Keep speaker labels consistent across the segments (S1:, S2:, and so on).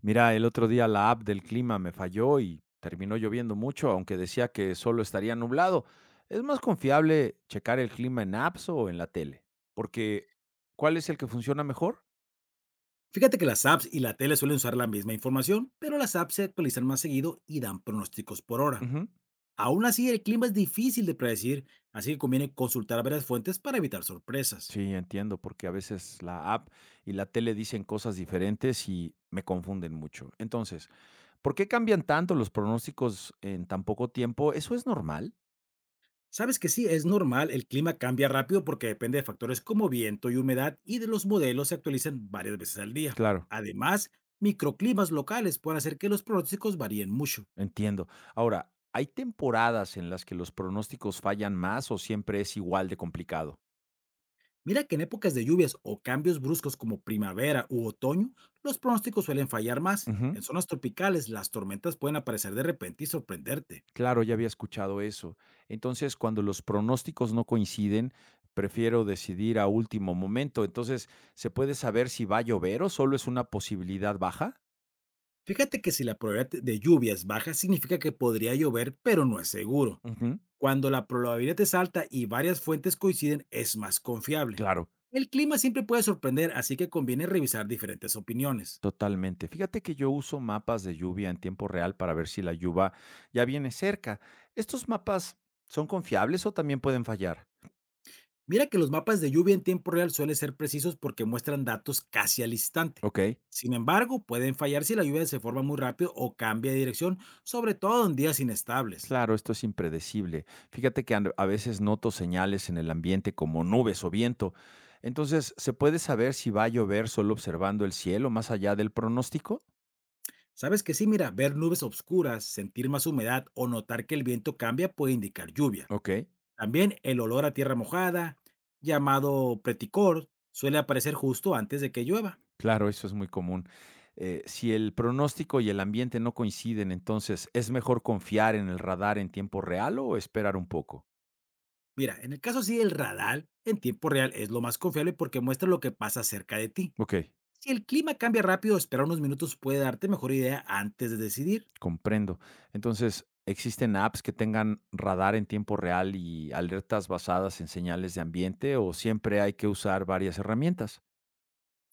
S1: Mira, el otro día la app del clima me falló y terminó lloviendo mucho, aunque decía que solo estaría nublado. ¿Es más confiable checar el clima en apps o en la tele? Porque, ¿cuál es el que funciona mejor?
S2: Fíjate que las apps y la tele suelen usar la misma información, pero las apps se actualizan más seguido y dan pronósticos por hora.
S1: Ujú.
S2: Aún así, el clima es difícil de predecir, así que conviene consultar varias fuentes para evitar sorpresas.
S1: Sí, entiendo, porque a veces la app y la tele dicen cosas diferentes y me confunden mucho. Entonces, ¿por qué cambian tanto los pronósticos en tan poco tiempo? ¿Eso es normal?
S2: Sabes que sí, es normal, el clima cambia rápido porque depende de factores como viento y humedad y de los modelos se actualizan varias veces al día.
S1: Claro.
S2: Además, microclimas locales pueden hacer que los pronósticos varíen mucho.
S1: Entiendo. Ahora, ¿hay temporadas en las que los pronósticos fallan más o siempre es igual de complicado?
S2: Mira que en épocas de lluvias o cambios bruscos como primavera u otoño, los pronósticos suelen fallar más.
S1: Ujú,
S2: En zonas tropicales, las tormentas pueden aparecer de repente y sorprenderte.
S1: claro, ya había escuchado eso. Entonces, cuando los pronósticos no coinciden, prefiero decidir a último momento. Entonces, ¿se puede saber si va a llover o solo es una posibilidad baja?
S2: Fíjate que si la probabilidad de lluvia es baja, significa que podría llover, pero no es seguro.
S1: Ujú,
S2: Cuando la probabilidad es alta y varias fuentes coinciden, es más confiable.
S1: claro,
S2: El clima siempre puede sorprender, así que conviene revisar diferentes opiniones.
S1: totalmente. Fíjate que yo uso mapas de lluvia en tiempo real para ver si la lluvia ya viene cerca. ¿Estos mapas son confiables o también pueden fallar?
S2: Mira que los mapas de lluvia en tiempo real suelen ser precisos porque muestran datos casi al instante.
S1: Ok.
S2: Sin embargo, pueden fallar si la lluvia se forma muy rápido o cambia de dirección, sobre todo en días inestables.
S1: Claro, esto es impredecible. Fíjate que a veces noto señales en el ambiente como nubes o viento. Entonces, ¿se puede saber si va a llover solo observando el cielo más allá del pronóstico?
S2: Sabes que sí, mira, ver nubes oscuras, sentir más humedad o notar que el viento cambia puede indicar lluvia.
S1: Ok,
S2: También el olor a tierra mojada, llamado preticor, suele aparecer justo antes de que llueva.
S1: claro, eso es muy común. Si el pronóstico y el ambiente no coinciden, entonces, ¿es mejor confiar en el radar en tiempo real o esperar un poco?
S2: Mira, en el caso sí, el radar en tiempo real es lo más confiable porque muestra lo que pasa cerca de ti.
S1: Ok.
S2: Si el clima cambia rápido, esperar unos minutos puede darte mejor idea antes de decidir.
S1: Comprendo. Entonces, ¿existen apps que tengan radar en tiempo real y alertas basadas en señales de ambiente o siempre hay que usar varias herramientas?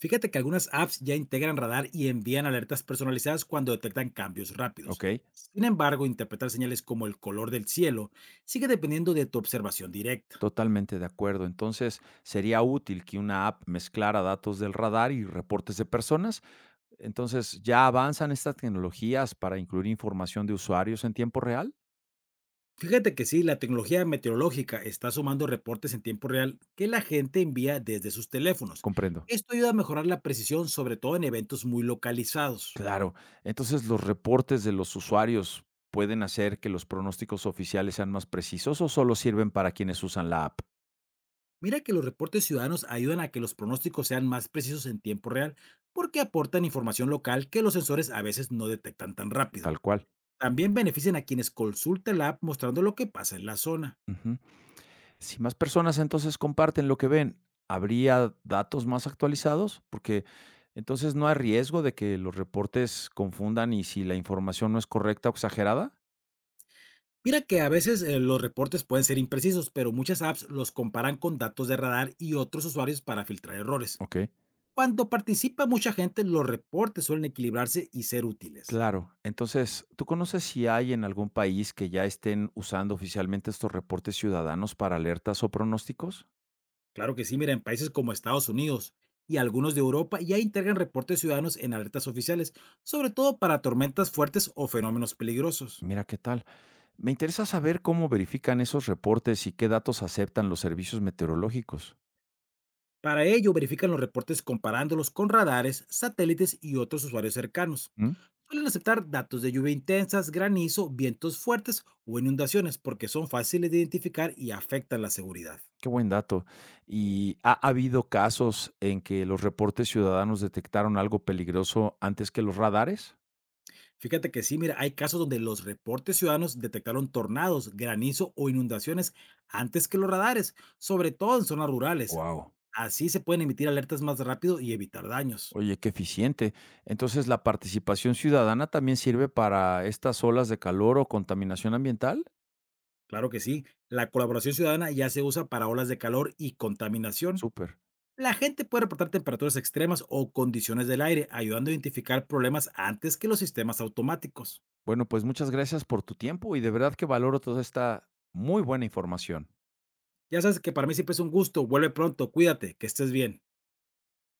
S2: Fíjate que algunas apps ya integran radar y envían alertas personalizadas cuando detectan cambios
S1: Ok,
S2: rápidos. Sin embargo, interpretar señales como el color del cielo sigue dependiendo de tu observación directa.
S1: totalmente de acuerdo. Entonces, ¿sería útil que una app mezclara datos del radar y reportes de personas? Entonces, ¿ya avanzan estas tecnologías para incluir información de usuarios en tiempo real?
S2: Fíjate que sí, la tecnología meteorológica está sumando reportes en tiempo real que la gente envía desde sus teléfonos.
S1: Comprendo.
S2: Esto ayuda a mejorar la precisión, sobre todo en eventos muy localizados.
S1: Claro. Entonces, ¿los reportes de los usuarios pueden hacer que los pronósticos oficiales sean más precisos o solo sirven para quienes usan la app?
S2: Mira que los reportes ciudadanos ayudan a que los pronósticos sean más precisos en tiempo real, porque aportan información local que los sensores a veces no detectan tan rápido.
S1: Tal cual.
S2: También benefician a quienes consultan la app mostrando lo que pasa en la zona.
S1: Ujú. Si más personas entonces comparten lo que ven, ¿habría datos más actualizados? Porque entonces no hay riesgo de que los reportes confundan y si la información no es correcta o exagerada.
S2: Mira que a veces los reportes pueden ser imprecisos, pero muchas apps los comparan con datos de radar y otros usuarios para filtrar errores.
S1: Ok.
S2: Cuando participa mucha gente, los reportes suelen equilibrarse y ser útiles.
S1: Claro. Entonces, ¿tú conoces si hay en algún país que ya estén usando oficialmente estos reportes ciudadanos para alertas o pronósticos?
S2: Claro que sí, mira, en países como Estados Unidos y algunos de Europa ya integran reportes ciudadanos en alertas oficiales, sobre todo para tormentas fuertes o fenómenos peligrosos.
S1: Mira qué tal. Me interesa saber cómo verifican esos reportes y qué datos aceptan los servicios meteorológicos.
S2: Para ello, verifican los reportes comparándolos con radares, satélites y otros usuarios cercanos.
S1: ¿Mm?
S2: Suelen aceptar datos de lluvia intensas, granizo, vientos fuertes o inundaciones porque son fáciles de identificar y afectan la seguridad.
S1: Qué buen dato. ¿Y ha habido casos en que los reportes ciudadanos detectaron algo peligroso antes que los radares?
S2: Fíjate que sí, mira, hay casos donde los reportes ciudadanos detectaron tornados, granizo o inundaciones antes que los radares, sobre todo en zonas rurales.
S1: Wow.
S2: Así se pueden emitir alertas más rápido y evitar daños.
S1: Oye, qué eficiente. Entonces, ¿la participación ciudadana también sirve para estas olas de calor o contaminación ambiental?
S2: Claro que sí, la colaboración ciudadana ya se usa para olas de calor y contaminación.
S1: Súper.
S2: La gente puede reportar temperaturas extremas o condiciones del aire, ayudando a identificar problemas antes que los sistemas automáticos.
S1: Bueno, pues muchas gracias por tu tiempo y de verdad que valoro toda esta muy buena información.
S2: Ya sabes que para mí siempre es un gusto. Vuelve pronto, cuídate, que estés bien.